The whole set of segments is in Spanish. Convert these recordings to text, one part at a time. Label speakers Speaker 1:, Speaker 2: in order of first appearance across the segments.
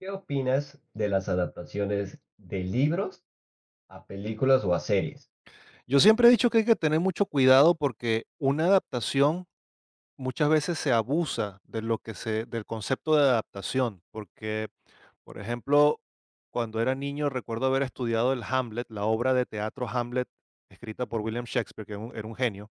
Speaker 1: ¿Qué opinas de las adaptaciones de libros a películas o a series?
Speaker 2: Yo siempre he dicho que hay que tener mucho cuidado porque una adaptación muchas veces se abusa de lo que del concepto de adaptación, porque, por ejemplo, cuando era niño recuerdo haber estudiado el Hamlet, la obra de teatro Hamlet, escrita por William Shakespeare, que era un genio,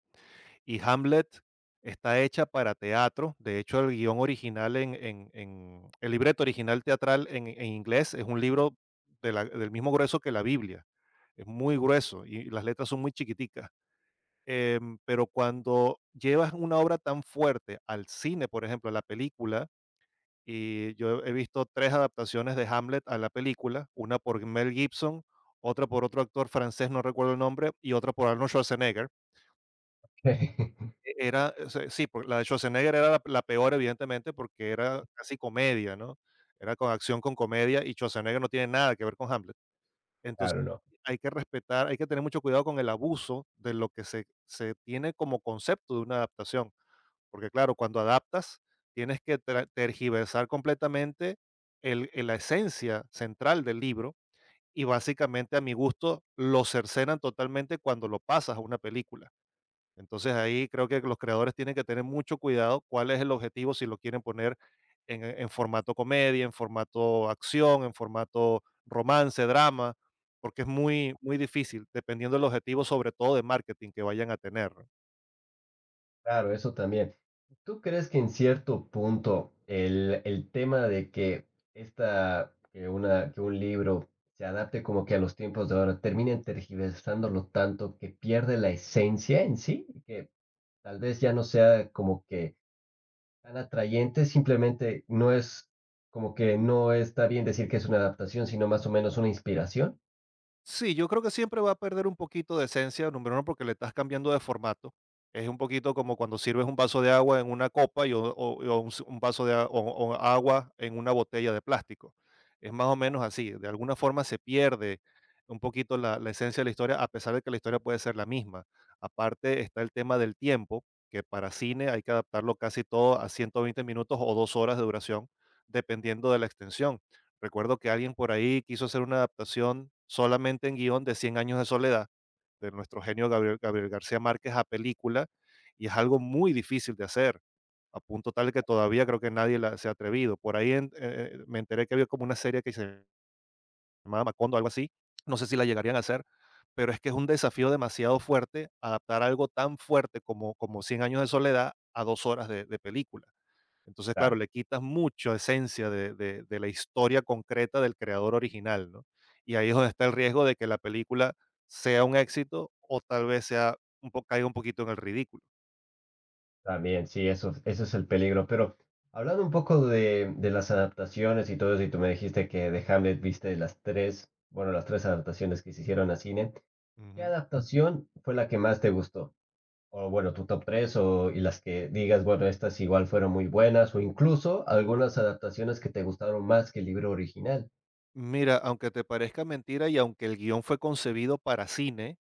Speaker 2: y Hamlet está hecha para teatro. De hecho, el guión original, el libreto original teatral en inglés es un libro del mismo grueso que la Biblia, es muy grueso y las letras son muy chiquiticas. Pero cuando llevas una obra tan fuerte al cine, por ejemplo, a la película, y yo he visto 3 adaptaciones de Hamlet a la película, una por Mel Gibson, otra por otro actor francés, no recuerdo el nombre, y otra por Arnold Schwarzenegger. Era, o sea, sí, por la de Schwarzenegger era la peor, evidentemente, porque era casi comedia, ¿no? Era con acción con comedia y Schwarzenegger no tiene nada que ver con Hamlet. Entonces,
Speaker 1: Claro, no.
Speaker 2: hay que respetar, hay que tener mucho cuidado con el abuso de lo que se se tiene como concepto de una adaptación. Porque claro, cuando adaptas, tienes que tergiversar completamente la esencia central del libro y básicamente a mi gusto lo cercenan totalmente cuando lo pasas a una película. Entonces, ahí creo que los creadores tienen que tener mucho cuidado cuál es el objetivo si lo quieren poner en formato comedia, en formato acción, en formato romance, drama, porque es muy, muy difícil, dependiendo del objetivo, sobre todo de marketing que vayan a tener, ¿no?
Speaker 1: Claro, eso también. ¿Tú crees que en cierto punto el tema de que esta, que una, que un libro se adapte como que a los tiempos de ahora, terminen tergiversándolo tanto que pierde la esencia en sí, y que tal vez ya no sea como que tan atrayente, simplemente no es como que no está bien decir que es una adaptación, sino más o menos una inspiración?
Speaker 2: Sí, yo creo que siempre va a perder un poquito de esencia, número uno, porque le estás cambiando de formato. Es un poquito como cuando sirves un vaso de agua en una copa y un vaso de a- o agua en una botella de plástico. Es más o menos así. De alguna forma se pierde un poquito la esencia de la historia, a pesar de que la historia puede ser la misma. Aparte está el tema del tiempo, que para cine hay que adaptarlo casi todo a 120 minutos o 2 horas de duración, dependiendo de la extensión. Recuerdo que alguien por ahí quiso hacer una adaptación solamente en guión de Cien años de soledad, de nuestro genio Gabriel García Márquez a película, y es algo muy difícil de hacer, a punto tal que todavía creo que nadie la se ha atrevido. Por ahí en me enteré que había como una serie que se llamaba Macondo, algo así, no sé si la llegarían a hacer, pero es que es un desafío demasiado fuerte adaptar algo tan fuerte como Cien años de soledad a 2 horas de película. Entonces, claro,
Speaker 1: Claro.
Speaker 2: le quitas mucho esencia de la historia concreta del creador original, ¿no? Y ahí es donde está el riesgo de que la película sea un éxito o tal vez sea caiga un poquito en el ridículo.
Speaker 1: También, sí, eso es el peligro. Pero hablando un poco de las adaptaciones y todo eso, y tú me dijiste que de Hamlet viste las tres, bueno, las tres adaptaciones que se hicieron a cine. ¿Qué
Speaker 2: Ujú.
Speaker 1: adaptación fue la que más te gustó? O bueno, tu top tres, o y las que digas, bueno, estas igual fueron muy buenas, o incluso algunas adaptaciones que te gustaron más que el libro original.
Speaker 2: Mira, aunque te parezca mentira y aunque el guión fue concebido para cine,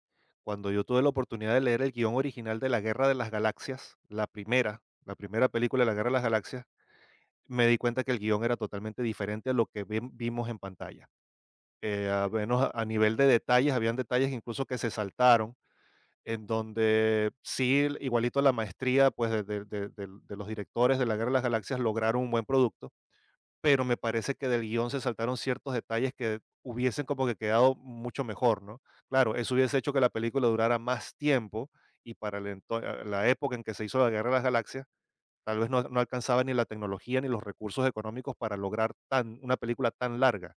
Speaker 2: cuando yo tuve la oportunidad de leer el guión original de La Guerra de las Galaxias, la primera película de La Guerra de las Galaxias, me di cuenta que el guión era totalmente diferente a lo que vimos en pantalla. A menos a nivel de detalles, habían detalles incluso que se saltaron, en donde sí, igualito la maestría, pues, de los directores de La Guerra de las Galaxias lograron un buen producto, pero me parece que del guión se saltaron ciertos detalles que hubiesen como que quedado mucho mejor, ¿no? Claro, eso hubiese hecho que la película durara más tiempo y para el ento a la época en que se hizo La Guerra de las Galaxias, tal vez no no alcanzaba ni la tecnología ni los recursos económicos para lograr tan una película tan larga,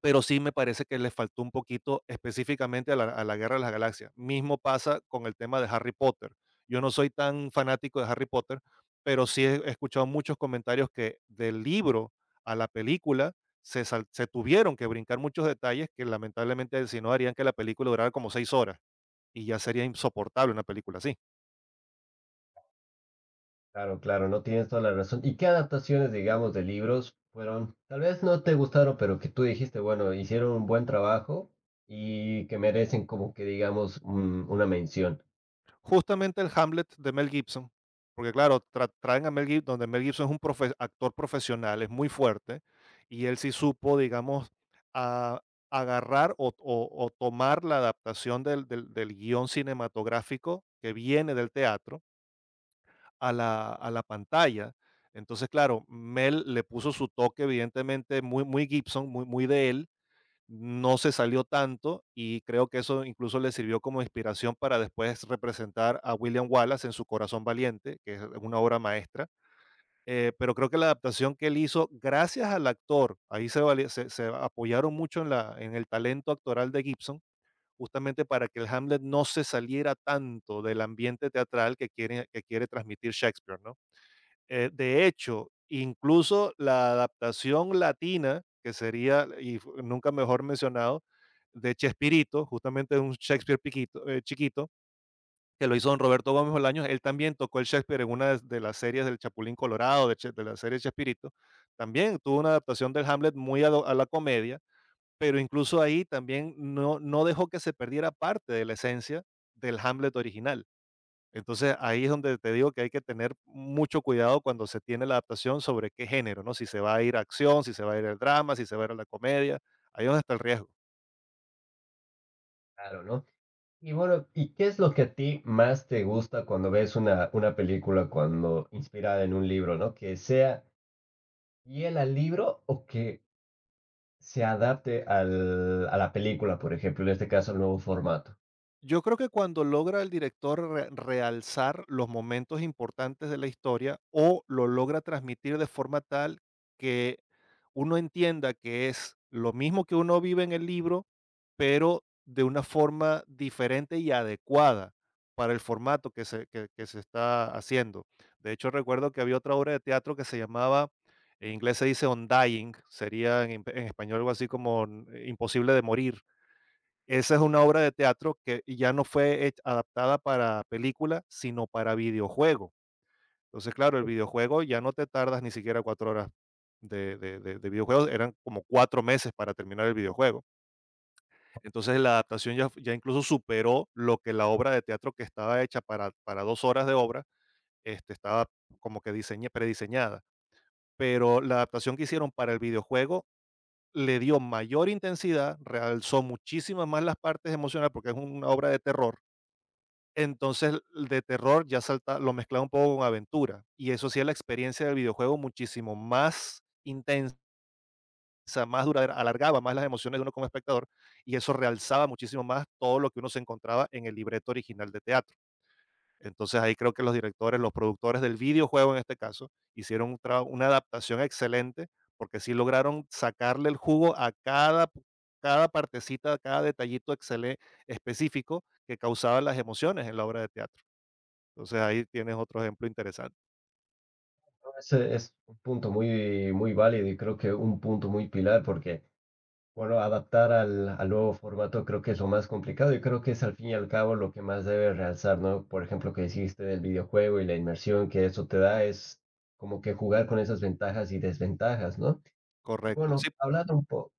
Speaker 2: pero sí me parece que le faltó un poquito específicamente a la Guerra de las Galaxias. Mismo pasa con el tema de Harry Potter. Yo no soy tan fanático de Harry Potter, pero sí he escuchado muchos comentarios que del libro a la película se tuvieron que brincar muchos detalles que lamentablemente si no harían que la película durara como 6 horas y ya sería insoportable una película así.
Speaker 1: Claro, claro, no tienes toda la razón. ¿Y qué adaptaciones, digamos, de libros fueron, tal vez no te gustaron, pero que tú dijiste, bueno, hicieron un buen trabajo y que merecen como que, digamos, una mención?
Speaker 2: Justamente el Hamlet de Mel Gibson, porque claro, traen a Mel Gibson donde Mel Gibson es un profe actor profesional, es muy fuerte, y él sí supo, digamos, a agarrar o tomar la adaptación del guión cinematográfico que viene del teatro a la pantalla. Entonces, claro, Mel le puso su toque, evidentemente, muy muy Gibson, muy muy de él, no se salió tanto y creo que eso incluso le sirvió como inspiración para después representar a William Wallace en su Corazón Valiente, que es una obra maestra. Pero creo que la adaptación que él hizo, gracias al actor, ahí se apoyaron mucho en el talento actoral de Gibson, justamente para que el Hamlet no se saliera tanto del ambiente teatral que quiere transmitir Shakespeare, ¿no? De hecho, incluso la adaptación latina, que sería, y nunca mejor mencionado, de Chespirito, justamente un Shakespeare chiquito, que lo hizo don Roberto Gómez Bolaños. Él también tocó el Shakespeare en una de las series del Chapulín Colorado, de la serie Chespirito, también tuvo una adaptación del Hamlet muy a a la comedia, pero incluso ahí también no, no dejó que se perdiera parte de la esencia del Hamlet original. Entonces, ahí es donde te digo que hay que tener mucho cuidado cuando se tiene la adaptación sobre qué género, ¿no? Si se va a ir a acción, si se va a ir al drama, si se va a ir a la comedia, ahí es donde está el riesgo.
Speaker 1: Claro, ¿no? Y bueno, ¿y qué es lo que a ti más te gusta cuando ves una película cuando inspirada en un libro, ¿no? Que sea fiel al libro o que se adapte al, a la película, por ejemplo, en este caso, al nuevo formato.
Speaker 2: Yo creo que cuando logra el director realzar los momentos importantes de la historia o lo logra transmitir de forma tal que uno entienda que es lo mismo que uno vive en el libro, pero de una forma diferente y adecuada para el formato que se está haciendo. De hecho, recuerdo que había otra obra de teatro que se llamaba, en inglés se dice On Dying, sería en español algo así como Imposible de Morir. Esa es una obra de teatro que ya no fue adaptada para película, sino para videojuego. Entonces, claro, el videojuego ya no te tardas ni siquiera 4 horas de videojuegos, eran como 4 meses para terminar el videojuego. Entonces, la adaptación ya incluso superó lo que la obra de teatro que estaba hecha para 2 horas de obra, este, estaba como que diseñe prediseñada. Pero la adaptación que hicieron para el videojuego le dio mayor intensidad, realzó muchísimas más las partes emocionales, porque es una obra de terror. Entonces, de terror ya salta lo mezclaba un poco con aventura, y eso hacía la experiencia del videojuego muchísimo más intensa, más duradera, alargaba más las emociones de uno como espectador, y eso realzaba muchísimo más todo lo que uno se encontraba en el libreto original de teatro. Entonces, ahí creo que los directores, los productores del videojuego en este caso, hicieron un traba una adaptación excelente, porque sí lograron sacarle el jugo a cada partecita, a cada detallito excele específico que causaba las emociones en la obra de teatro. Entonces, ahí tienes otro ejemplo interesante.
Speaker 1: Ese es un punto muy, muy válido y creo que un punto muy pilar porque, bueno, adaptar al, al nuevo formato creo que es lo más complicado y creo que es al fin y al cabo lo que más debe realzar, ¿no? Por ejemplo, que dijiste del videojuego y la inmersión que eso te da es como que jugar con esas ventajas y desventajas, ¿no? Y
Speaker 2: Correcto.
Speaker 1: bueno,
Speaker 2: Sí,
Speaker 1: hablando un poco,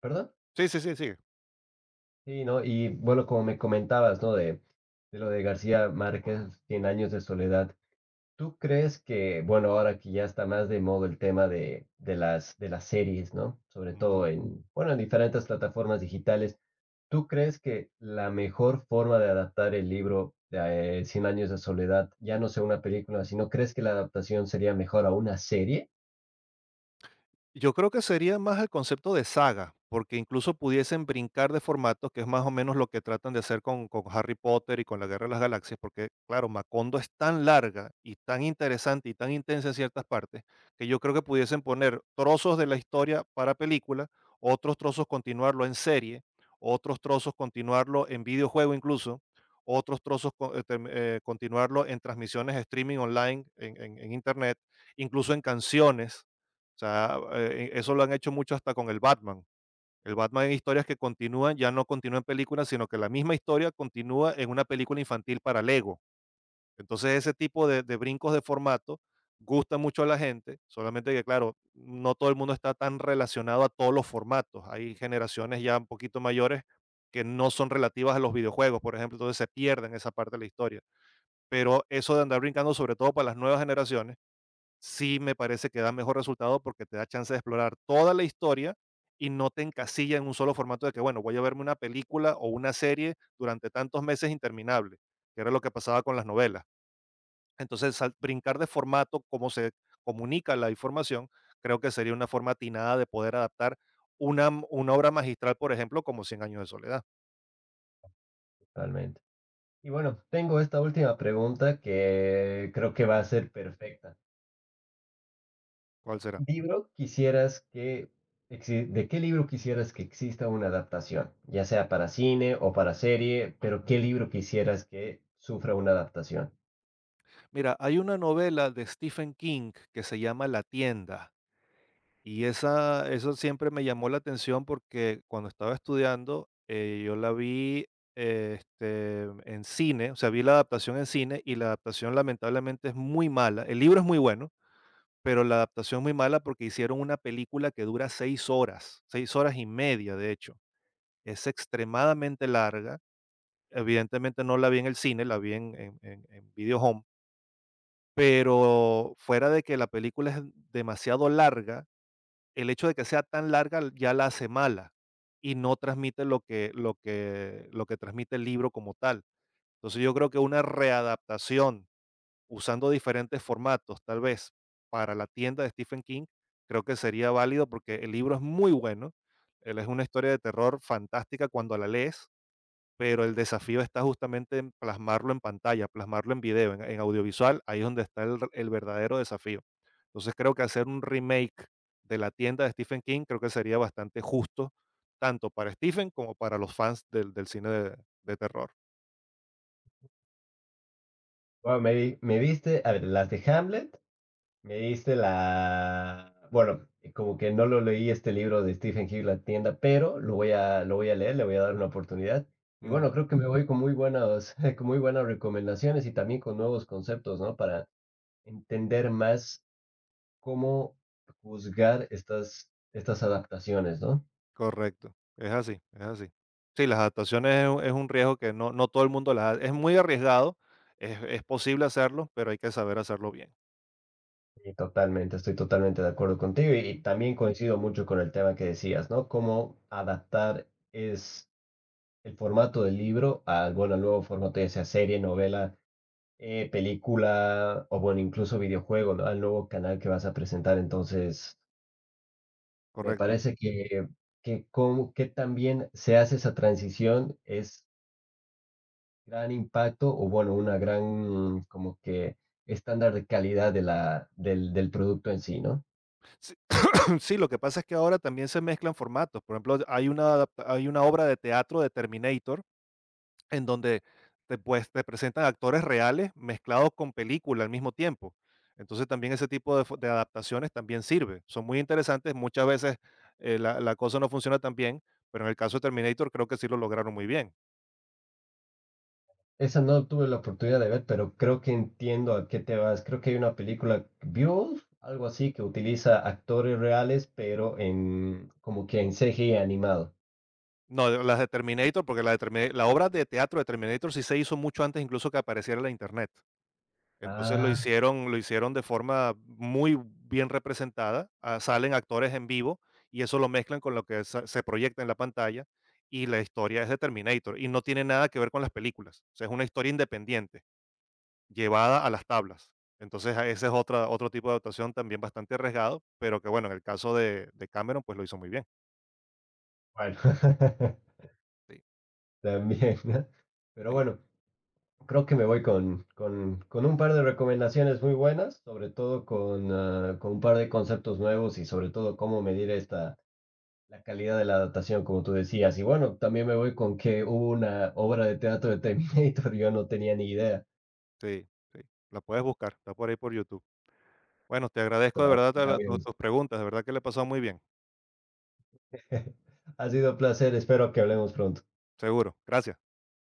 Speaker 1: ¿perdón?
Speaker 2: sí, sí, sí, sigue.
Speaker 1: Sí, ¿no? Y bueno, como me comentabas, ¿no? De lo de García Márquez, 100 años de soledad. ¿Tú crees que, bueno, ahora que ya está más de moda el tema de las series, ¿no? Sobre
Speaker 2: Ujú.
Speaker 1: todo en, bueno, en diferentes plataformas digitales, ¿tú crees que la mejor forma de adaptar el libro de Cien años de soledad, ya no sea una película, sino crees que la adaptación sería mejor a una serie?
Speaker 2: Yo creo que sería más el concepto de saga, porque incluso pudiesen brincar de formatos, que es más o menos lo que tratan de hacer con Harry Potter y con la Guerra de las Galaxias, porque claro, Macondo es tan larga y tan interesante y tan intensa en ciertas partes, que yo creo que pudiesen poner trozos de la historia para película, otros trozos continuarlo en serie, otros trozos continuarlo en videojuego incluso, otros trozos continuarlo en transmisiones streaming online, en internet, incluso en canciones. O sea, eso lo han hecho mucho hasta con el Batman. El Batman en historias que continúan, ya no continúa en películas, sino que la misma historia continúa en una película infantil para Lego. Entonces, ese tipo de brincos de formato gusta mucho a la gente, solamente que, claro, no todo el mundo está tan relacionado a todos los formatos. Hay generaciones ya un poquito mayores que no son relativas a los videojuegos, por ejemplo, entonces se pierden esa parte de la historia. Pero eso de andar brincando, sobre todo para las nuevas generaciones, sí me parece que da mejor resultado porque te da chance de explorar toda la historia y no te encasilla en un solo formato de que, bueno, voy a verme una película o una serie durante tantos meses interminables, que era lo que pasaba con las novelas. Entonces, brincar de formato, cómo se comunica la información, creo que sería una forma atinada de poder adaptar una, una obra magistral, por ejemplo, como Cien Años de Soledad.
Speaker 1: Totalmente. Y bueno, tengo esta última pregunta que creo que va a ser perfecta.
Speaker 2: ¿Cuál será?
Speaker 1: Libro quisieras que exi- ¿De qué libro quisieras que exista una adaptación? Ya sea para cine o para serie, pero ¿qué libro quisieras que sufra una adaptación?
Speaker 2: Mira, hay una novela de Stephen King que se llama La tienda. Y esa, eso siempre me llamó la atención porque cuando estaba estudiando, yo la vi, eh, este, en cine, o sea, vi la adaptación en cine y la adaptación lamentablemente es muy mala. El libro es muy bueno, pero la adaptación es muy mala porque hicieron una película que dura seis horas y media, de hecho. Es extremadamente larga. Evidentemente no la vi en el cine, la vi en Video Home. Pero fuera de que la película es demasiado larga, el hecho de que sea tan larga ya la hace mala y no transmite lo que transmite el libro como tal. Entonces, yo creo que una readaptación usando diferentes formatos, tal vez para La tienda de Stephen King, creo que sería válido porque el libro es muy bueno. Él es una historia de terror fantástica cuando la lees. Pero el desafío está justamente en plasmarlo en pantalla, plasmarlo en video, en audiovisual, ahí es donde está el verdadero desafío. Entonces, creo que hacer un remake de La tienda de Stephen King, creo que sería bastante justo, tanto para Stephen como para los fans del cine de terror.
Speaker 1: Bueno, me diste, a ver, las de Hamlet, me diste la... Bueno, como que no lo leí este libro de Stephen King, La tienda, pero lo voy a leer, le voy a dar una oportunidad. Y
Speaker 2: Mm,
Speaker 1: bueno, creo que me voy con muy buenas, con muy buenas recomendaciones y también con nuevos conceptos, ¿no? Para entender más cómo juzgar estas, estas adaptaciones, ¿no?
Speaker 2: correcto. Es así, es así. Sí, las adaptaciones es un riesgo que no todo el mundo las ha, es muy arriesgado, es posible hacerlo, pero hay que saber hacerlo bien.
Speaker 1: Y totalmente, estoy totalmente de acuerdo contigo y también coincido mucho con el tema que decías, ¿no? Cómo adaptar es el formato del libro al, bueno, al nuevo formato, ya sea serie, novela, película o, bueno, incluso videojuego, ¿no? Al nuevo canal que vas a presentar. Entonces, me
Speaker 2: Correcto.
Speaker 1: parece que cómo, que también se hace esa transición es gran impacto o bueno, una gran como que estándar de calidad de la, del producto en sí, ¿no?
Speaker 2: Sí, sí, lo que pasa es que ahora también se mezclan formatos. Por ejemplo, hay una, hay una obra de teatro de Terminator en donde te, pues, te presentan actores reales mezclados con película al mismo tiempo. Entonces también ese tipo de, de adaptaciones también sirve. Son muy interesantes. Muchas veces la cosa no funciona tan bien, pero en el caso de Terminator creo que sí lo lograron muy bien.
Speaker 1: Esa no tuve la oportunidad de ver, pero creo que entiendo a qué te vas. Creo que hay una película, Beautiful, algo así, que utiliza actores reales, pero en como que en CGI animado.
Speaker 2: No, de las de Terminator, porque la obra de teatro de Terminator sí se hizo mucho antes, incluso que apareciera la Internet. Entonces lo
Speaker 1: Ah,
Speaker 2: hicieron lo hicieron de forma muy bien representada, ah, salen actores en vivo y eso lo mezclan con lo que se proyecta en la pantalla, y la historia es de Terminator, y no tiene nada que ver con las películas. O sea, es una historia independiente, llevada a las tablas. Entonces, ah, ese es otra otro tipo de adaptación también bastante arriesgado, pero que bueno, en el caso de Cameron, pues lo hizo muy bien.
Speaker 1: bueno,
Speaker 2: Sí.
Speaker 1: también, ¿no? Pero bueno, creo que me voy con un par de recomendaciones muy buenas, sobre todo con, con un par de conceptos nuevos y sobre todo cómo medir esta, la calidad de la adaptación, como tú decías. Y bueno, también me voy con que hubo una obra de teatro de Terminator, yo no tenía ni idea.
Speaker 2: Sí, sí, la puedes buscar, está por ahí por YouTube. Bueno, te agradezco de
Speaker 1: La,
Speaker 2: verdad toda
Speaker 1: la
Speaker 2: la
Speaker 1: voy a
Speaker 2: tu tus preguntas, de verdad que le pasó muy bien,
Speaker 1: buscar. Ha sido un placer, espero que hablemos pronto.
Speaker 2: seguro. Gracias.